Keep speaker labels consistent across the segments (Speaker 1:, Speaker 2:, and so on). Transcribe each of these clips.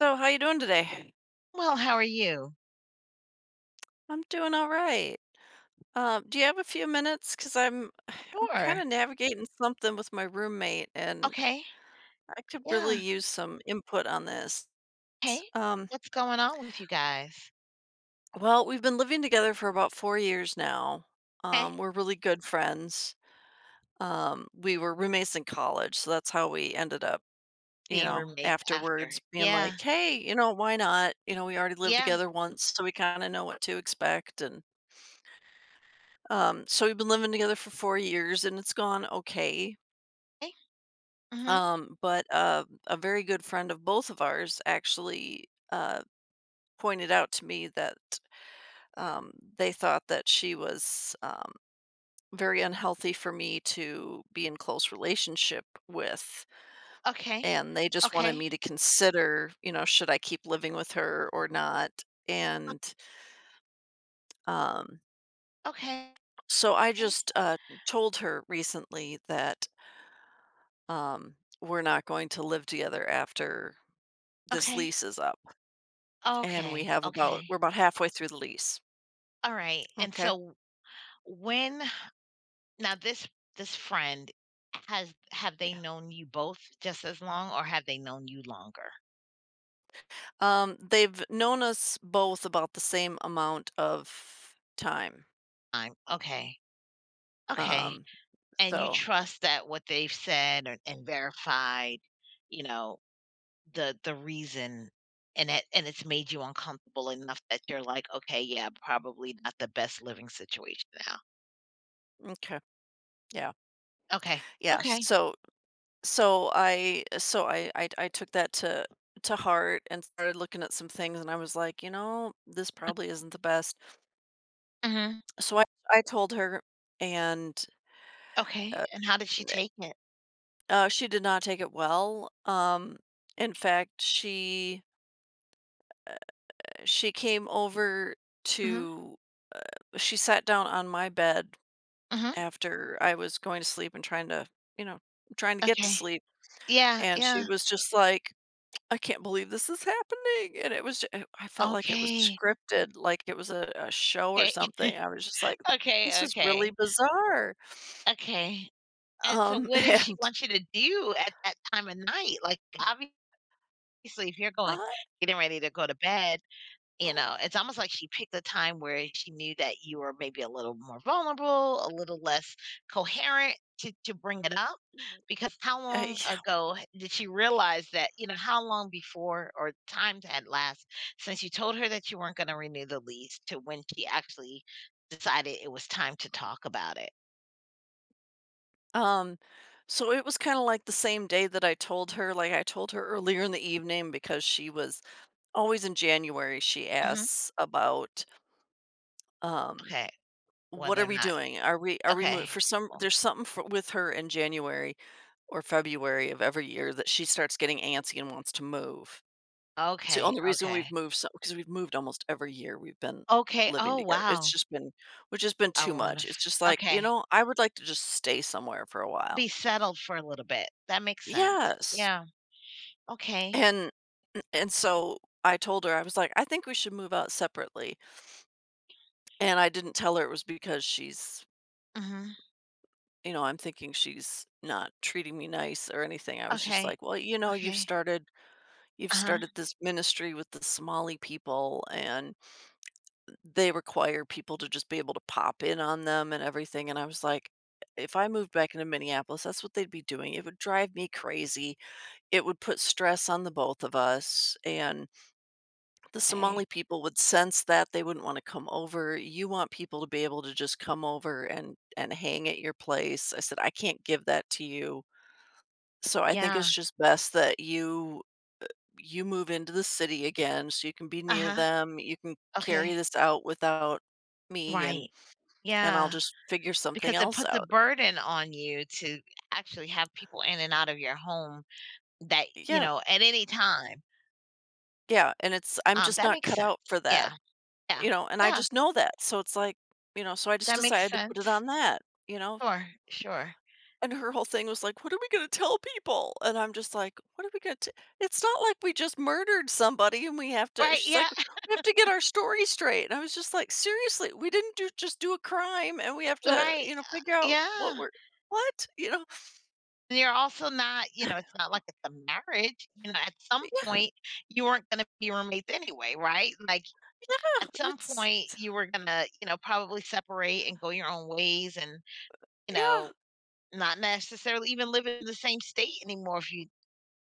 Speaker 1: So, how you doing today?
Speaker 2: Well, how are you?
Speaker 1: I'm doing all right. Do you have a few minutes? Because I'm I'm
Speaker 2: Sure.
Speaker 1: kind of navigating something with my roommate, and
Speaker 2: Okay.
Speaker 1: I could
Speaker 2: Yeah.
Speaker 1: really use some input on this.
Speaker 2: Hey,
Speaker 1: Um,
Speaker 2: what's going on with you guys?
Speaker 1: well, we've been living together for about 4 years now.
Speaker 2: Hey,
Speaker 1: We're really good friends. We were roommates in college, so that's how we ended up. You
Speaker 2: being
Speaker 1: know,
Speaker 2: roommates after.
Speaker 1: afterwards being
Speaker 2: Yeah.
Speaker 1: like, "Hey, you know, why not? You know, we already lived
Speaker 2: Yeah.
Speaker 1: together once, so we kind of know what to expect." And So we've been living together for 4 years and it's gone okay.
Speaker 2: Hey. Mm-hmm.
Speaker 1: But a very good friend of both of ours actually pointed out to me that um, they thought that she was very unhealthy for me to be in close relationship with.
Speaker 2: Okay.
Speaker 1: And they just wanted
Speaker 2: Okay.
Speaker 1: me to consider, you know, should I keep living with her or not? And um,
Speaker 2: Okay.
Speaker 1: so I just told her recently that um, we're not going to live together after this
Speaker 2: Okay.
Speaker 1: lease is up. And we
Speaker 2: Okay.
Speaker 1: have about,
Speaker 2: Okay.
Speaker 1: we're about halfway through the lease.
Speaker 2: All right. And
Speaker 1: Okay.
Speaker 2: so when now this friend has have they
Speaker 1: Yeah.
Speaker 2: known you both just as long, or have they known you longer?
Speaker 1: They've known us both about the same amount of time.
Speaker 2: I'm okay. Okay.
Speaker 1: Um,
Speaker 2: And you
Speaker 1: so,
Speaker 2: trust that what they've said and verified, you know, the reason, and it's made you uncomfortable enough that you're like, "Okay, yeah, probably not the best living situation now."
Speaker 1: okay. Yeah.
Speaker 2: Okay.
Speaker 1: Yeah.
Speaker 2: Okay.
Speaker 1: So I took that to heart and started looking at some things and I was like, you know, this probably isn't the best.
Speaker 2: Mhm.
Speaker 1: So I, I told her and
Speaker 2: Okay.
Speaker 1: uh,
Speaker 2: And how did she take it?
Speaker 1: She did not take it well. In fact, uh, she came over
Speaker 2: Mhm.
Speaker 1: to she sat down on my bed
Speaker 2: Mhm.
Speaker 1: after I was going to sleep and trying to, you know, trying to get to
Speaker 2: Okay.
Speaker 1: sleep,
Speaker 2: Yeah,
Speaker 1: and she
Speaker 2: yeah.
Speaker 1: was just like, "I can't believe this is happening," and it was I felt like it was
Speaker 2: Okay.
Speaker 1: scripted, like it was a show or
Speaker 2: Okay.
Speaker 1: something. I was just like,
Speaker 2: Okay,
Speaker 1: "This is really
Speaker 2: okay,
Speaker 1: bizarre,"
Speaker 2: okay. And so what does she
Speaker 1: and
Speaker 2: want you to do at that time of night? Like, obviously, if you're going getting ready to go to bed. You know, it's almost like she picked a time where she knew that you were maybe a little more vulnerable, a little less coherent to bring it up. Because how long
Speaker 1: I.
Speaker 2: ago did she realize that, how long before or times had last since you told her that you weren't going to renew the lease to when she actually decided it was time to talk about it?
Speaker 1: Um, so it was kind of like the same day that I told her, like I told her earlier in the evening because she was always in January, she
Speaker 2: Hmm.
Speaker 1: asks about um
Speaker 2: Okay.
Speaker 1: what
Speaker 2: Whether
Speaker 1: are
Speaker 2: or
Speaker 1: we
Speaker 2: not,
Speaker 1: doing? Are we moving
Speaker 2: okay.
Speaker 1: for some
Speaker 2: Cool.
Speaker 1: there's something for, with her in January or February of every year that she starts getting antsy and wants to move. It's the
Speaker 2: Okay.
Speaker 1: only reason we've
Speaker 2: Okay.
Speaker 1: moved so because we've moved almost every year we've been
Speaker 2: Okay.
Speaker 1: living
Speaker 2: Oh,
Speaker 1: together. It's
Speaker 2: wow.
Speaker 1: just been which has been
Speaker 2: A
Speaker 1: too
Speaker 2: lot
Speaker 1: much.
Speaker 2: of,
Speaker 1: It's just like, you
Speaker 2: okay.
Speaker 1: know, I would like to just stay somewhere for a while.
Speaker 2: Be settled for a little bit. That makes sense.
Speaker 1: Yes.
Speaker 2: Yeah. Okay.
Speaker 1: And and so I told her, I was like, "I think we should move out separately." And I didn't tell her it was because she's
Speaker 2: Mhm.
Speaker 1: you know, I'm thinking she's not treating me nice or anything. I was just
Speaker 2: Okay.
Speaker 1: like, "Well, you know,
Speaker 2: Okay.
Speaker 1: you've
Speaker 2: Uh-huh.
Speaker 1: started this ministry with the Somali people, and they require people to just be able to pop in on them and everything." And I was like, "If I moved back into Minneapolis, that's what they'd be doing. It would drive me crazy. It would put stress on the both of us, and the
Speaker 2: Okay.
Speaker 1: Somali people would sense that, they wouldn't wanna come over. You want people to be able to just come over and hang at your place." I said, "I can't give that to you. So I think
Speaker 2: Yeah.
Speaker 1: it's just best that you move into the city again so you can be near
Speaker 2: Uh-huh.
Speaker 1: them, you can
Speaker 2: Okay.
Speaker 1: carry this out without me, and
Speaker 2: Right.
Speaker 1: I'll
Speaker 2: Yeah.
Speaker 1: just figure something
Speaker 2: Because it
Speaker 1: else
Speaker 2: puts a
Speaker 1: out."
Speaker 2: burden on you to actually have people in and out of your home, that,
Speaker 1: Yeah,
Speaker 2: at any time.
Speaker 1: yeah, and it's I'm just
Speaker 2: That
Speaker 1: not
Speaker 2: makes
Speaker 1: cut out
Speaker 2: sense.
Speaker 1: for that,
Speaker 2: Yeah. Yeah.
Speaker 1: you know, and I
Speaker 2: Yeah.
Speaker 1: just know that, so it's like, you know, so I just
Speaker 2: That makes
Speaker 1: decided to put it
Speaker 2: sense.
Speaker 1: on that, you know?
Speaker 2: Sure. Sure.
Speaker 1: And her whole thing was like, "What are we gonna tell people?" And I'm just like, "What are we gonna It's not like we just murdered somebody and we have to."
Speaker 2: Right.
Speaker 1: She's
Speaker 2: Yeah.
Speaker 1: like, "We have to get our story straight." And I was just like, "Seriously, we didn't do just do a crime and we have to,
Speaker 2: Right.
Speaker 1: you know, figure out
Speaker 2: Yeah.
Speaker 1: what we're what?" You know?
Speaker 2: And you're also not, it's not like it's a marriage. At some
Speaker 1: Yeah,
Speaker 2: point, you weren't gonna be roommates anyway, right? Like, at some
Speaker 1: it's
Speaker 2: point, you were gonna, probably separate and go your own ways and, you
Speaker 1: yeah,
Speaker 2: know, not necessarily even live in the same state anymore if you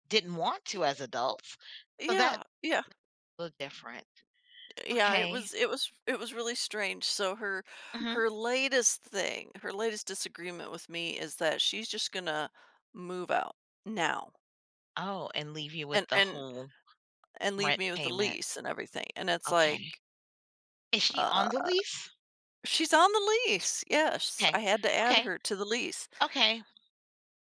Speaker 2: didn't want to as adults. So that's
Speaker 1: yeah, yeah.
Speaker 2: a little different.
Speaker 1: Yeah, it
Speaker 2: Okay.
Speaker 1: was it was really strange. So her
Speaker 2: Mhm.
Speaker 1: her latest thing, her latest disagreement with me is that she's just gonna move out now.
Speaker 2: Oh, and leave you with
Speaker 1: And
Speaker 2: the
Speaker 1: and
Speaker 2: whole
Speaker 1: and leave
Speaker 2: rent
Speaker 1: me with the
Speaker 2: payment.
Speaker 1: lease and everything. And it's
Speaker 2: Okay.
Speaker 1: like,
Speaker 2: Is she on the
Speaker 1: uh,
Speaker 2: lease?
Speaker 1: she's on the lease. Yes,
Speaker 2: Okay.
Speaker 1: I had to add
Speaker 2: Okay.
Speaker 1: her to the lease.
Speaker 2: Okay.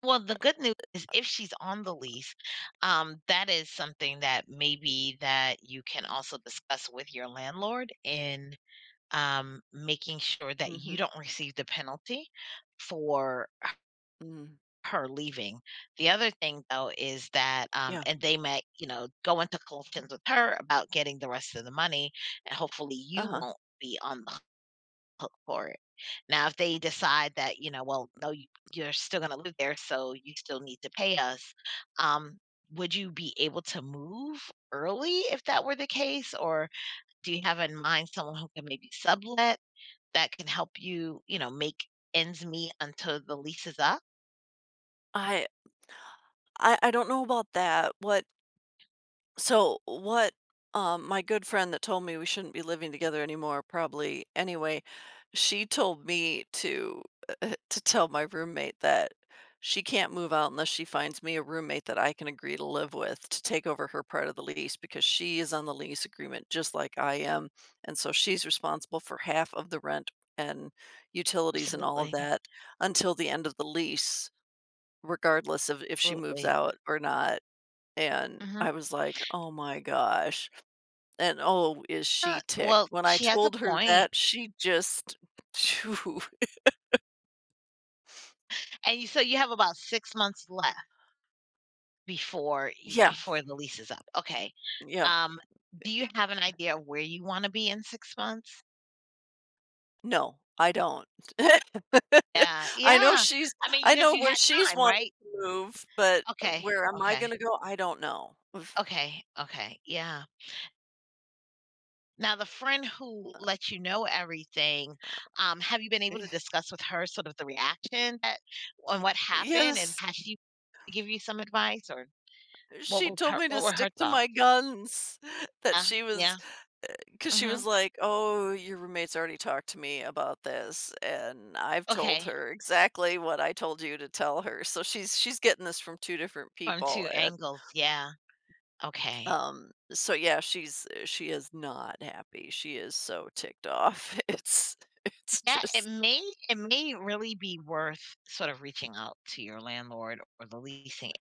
Speaker 2: Well, the good news is if she's on the lease, that is something that maybe that you can also discuss with your landlord in, making sure that you
Speaker 1: Hmm.
Speaker 2: don't receive the penalty for
Speaker 1: Hmm.
Speaker 2: her leaving. The other thing though is that
Speaker 1: Yeah.
Speaker 2: and they might, go into collections with her about getting the rest of the money, and hopefully
Speaker 1: Uh
Speaker 2: you
Speaker 1: huh.
Speaker 2: won't be on the hook for it. Now, if they decide that, "Well, no, you're still gonna live there, so you still need to pay us." um, would you be able to move early if that were the case? Or do you have in mind someone who can maybe sublet, that can help you make ends meet until the lease is up?
Speaker 1: I, I don't know about that. What so what my good friend that told me we shouldn't be living together anymore probably anyway, she told me to to tell my roommate that she can't move out unless she finds me a roommate that I can agree to live with to take over her part of the lease, because she is on the lease agreement just like I am, and so she's responsible for half of the rent and utilities and all of
Speaker 2: Absolutely,
Speaker 1: that until the end of the lease regardless of if she moves
Speaker 2: absolutely.
Speaker 1: out or not. And
Speaker 2: Mhm.
Speaker 1: I was like, "Oh my gosh," and, oh, is she ticked.
Speaker 2: Well,
Speaker 1: When I
Speaker 2: she has a
Speaker 1: told her
Speaker 2: point.
Speaker 1: that, she just phew.
Speaker 2: And you so you have about 6 months left.
Speaker 1: Yeah,
Speaker 2: Before the lease is up, okay.
Speaker 1: yeah.
Speaker 2: Um, do you have an idea of where you wanna be in 6 months?
Speaker 1: No, I don't.
Speaker 2: Yeah,
Speaker 1: I know
Speaker 2: yeah.
Speaker 1: she's
Speaker 2: I mean,
Speaker 1: I
Speaker 2: because
Speaker 1: know
Speaker 2: you
Speaker 1: where
Speaker 2: had
Speaker 1: she's
Speaker 2: time,
Speaker 1: wanting
Speaker 2: right?
Speaker 1: to move, but
Speaker 2: Okay,
Speaker 1: where am I
Speaker 2: okay,
Speaker 1: gonna go? I don't know. Oof.
Speaker 2: okay, okay, yeah. Now the friend who let you know everything, have you been able
Speaker 1: Eh.
Speaker 2: to discuss with her sort of the reaction that on what happened, and
Speaker 1: Yes,
Speaker 2: has she give you some advice, or
Speaker 1: she told me to
Speaker 2: what were her
Speaker 1: stick to my
Speaker 2: thoughts?
Speaker 1: guns, that
Speaker 2: Yeah,
Speaker 1: she was
Speaker 2: yeah,
Speaker 1: because she
Speaker 2: mhm,
Speaker 1: was like, "Oh, your roommate's already talked to me about this, and I've told
Speaker 2: okay,
Speaker 1: her exactly what I told you to tell her." So she's getting this from 2 different
Speaker 2: from 2
Speaker 1: people, and,
Speaker 2: angles, yeah, okay.
Speaker 1: so yeah, she's she is not happy. She is so ticked off. It's
Speaker 2: Yeah, it
Speaker 1: just,
Speaker 2: may it may really be worth sort of reaching out to your landlord or the leasing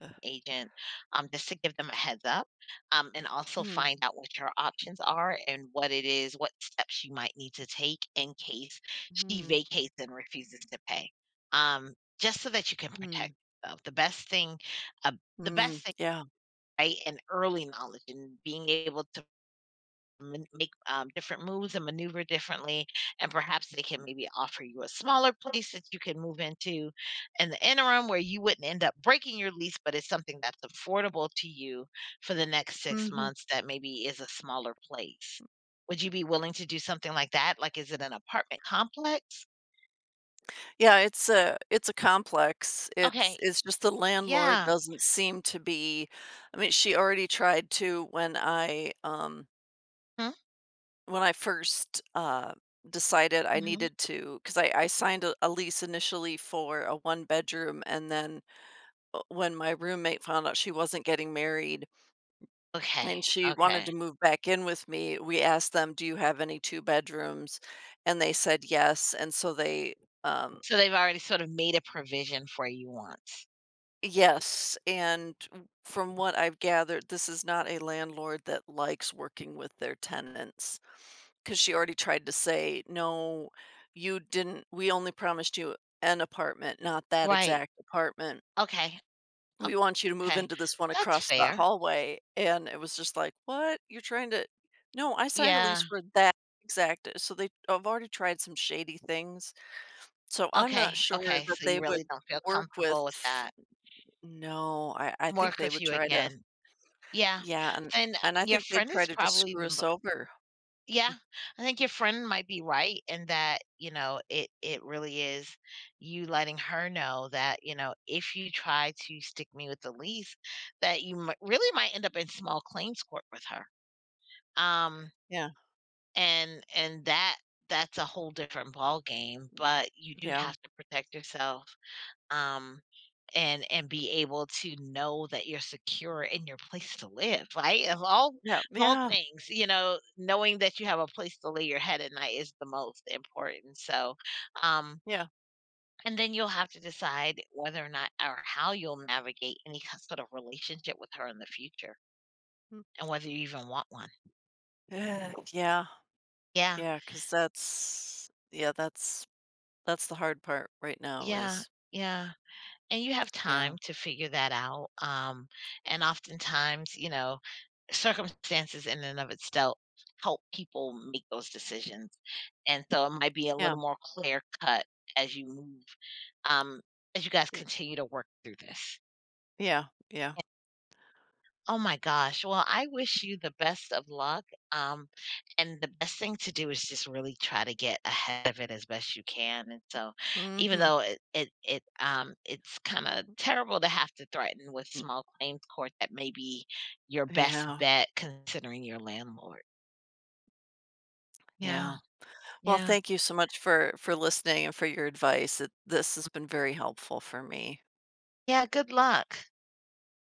Speaker 1: uh,
Speaker 2: agent, just to give them a heads up, and also
Speaker 1: mm,
Speaker 2: find out what your options are and what steps you might need to take in case she
Speaker 1: mm,
Speaker 2: vacates and refuses to pay. Um, just so that you can protect
Speaker 1: mm,
Speaker 2: yourself. Uh, the best
Speaker 1: mm,
Speaker 2: thing,
Speaker 1: yeah.
Speaker 2: right, and early knowledge and being able to man make, different moves and maneuver differently, and perhaps they can maybe offer you a smaller place that you can move into in the interim where you wouldn't end up breaking your lease, but it's something that's affordable to you for the next 6
Speaker 1: Mhm.
Speaker 2: months that maybe is a smaller place. Would you be willing to do something like that? Like, is it an apartment complex?
Speaker 1: Yeah, it's a complex.
Speaker 2: Okay,
Speaker 1: It's just the landlord
Speaker 2: yeah.
Speaker 1: doesn't seem to be I mean, she already tried to
Speaker 2: Mhm,
Speaker 1: when I first, decided I
Speaker 2: mhm.
Speaker 1: needed to because I signed a lease initially for a one-bedroom, and then, when my roommate found out she wasn't getting married
Speaker 2: Okay,
Speaker 1: and she wanted
Speaker 2: okay.
Speaker 1: to move back in with me, we asked them, "Do you have any two-bedrooms?" And they said, "Yes," and so they, um
Speaker 2: So they've already sort of made a provision for you once.
Speaker 1: Yes, and w from what I've gathered, this is not a landlord that likes working with their tenants, because she already tried to say, "No, you didn't we only promised you an apartment, not that
Speaker 2: Right.
Speaker 1: exact apartment.
Speaker 2: Okay. o-
Speaker 1: We want you to move
Speaker 2: Okay.
Speaker 1: into this one
Speaker 2: That's
Speaker 1: across the
Speaker 2: fair.
Speaker 1: hallway," and it was just like, "What? You're trying to No, I signed a
Speaker 2: Yeah.
Speaker 1: lease for that exact" so they I've already tried some shady things, so I'm
Speaker 2: Okay,
Speaker 1: not sure
Speaker 2: okay,
Speaker 1: that
Speaker 2: so you
Speaker 1: they
Speaker 2: really
Speaker 1: would
Speaker 2: don't feel
Speaker 1: work
Speaker 2: comfortable
Speaker 1: with
Speaker 2: with that.
Speaker 1: no, I think
Speaker 2: Work
Speaker 1: they
Speaker 2: with
Speaker 1: would
Speaker 2: you
Speaker 1: try to
Speaker 2: again. Yeah.
Speaker 1: yeah,
Speaker 2: Then
Speaker 1: and I
Speaker 2: your
Speaker 1: think they'd
Speaker 2: friend
Speaker 1: try
Speaker 2: is
Speaker 1: to just
Speaker 2: probably,
Speaker 1: screw us over.
Speaker 2: yeah,
Speaker 1: Mm.
Speaker 2: I think your friend might be right in that. It really is you letting her know that, if you try to stick me with the lease, that you mi really might end up in small claims court with her. Um,
Speaker 1: Yeah,
Speaker 2: and that's a whole different ball game. But you do
Speaker 1: yeah,
Speaker 2: have to protect yourself, um and be able to know that you're secure in your place to live, right? Of all of
Speaker 1: yeah,
Speaker 2: all
Speaker 1: yeah,
Speaker 2: things, knowing that you have a place to lay your head at night is the most important. So, um,
Speaker 1: yeah,
Speaker 2: and then you'll have to decide whether or not or how you'll navigate any sort of relationship with her in the future,
Speaker 1: mm.
Speaker 2: and whether you even want one.
Speaker 1: Yeah, yeah,
Speaker 2: Yeah.
Speaker 1: yeah, 'cause that's yeah, that's the hard part right now
Speaker 2: Yeah.
Speaker 1: is
Speaker 2: Yeah. And you have
Speaker 1: yeah,
Speaker 2: time to figure that out. And oftentimes, circumstances in and of itself help people make those decisions. And so it might be a
Speaker 1: yeah,
Speaker 2: little more clear cut as you move, um, as you guys
Speaker 1: y
Speaker 2: continue to work through this.
Speaker 1: yeah, yeah,
Speaker 2: Oh my gosh. Well, I wish you the best of luck. Um, and the best thing to do is just really try to get ahead of it as best you can. And so, even
Speaker 1: mhm,
Speaker 2: though it's kind of terrible to have to threaten with
Speaker 1: mm,
Speaker 2: small claims court, that may be your best
Speaker 1: yeah,
Speaker 2: bet considering your landlord. Yeah,
Speaker 1: yeah. Well,
Speaker 2: yeah.
Speaker 1: thank you so much for listening and for your advice. It, this has been very helpful for me.
Speaker 2: Yeah, good luck.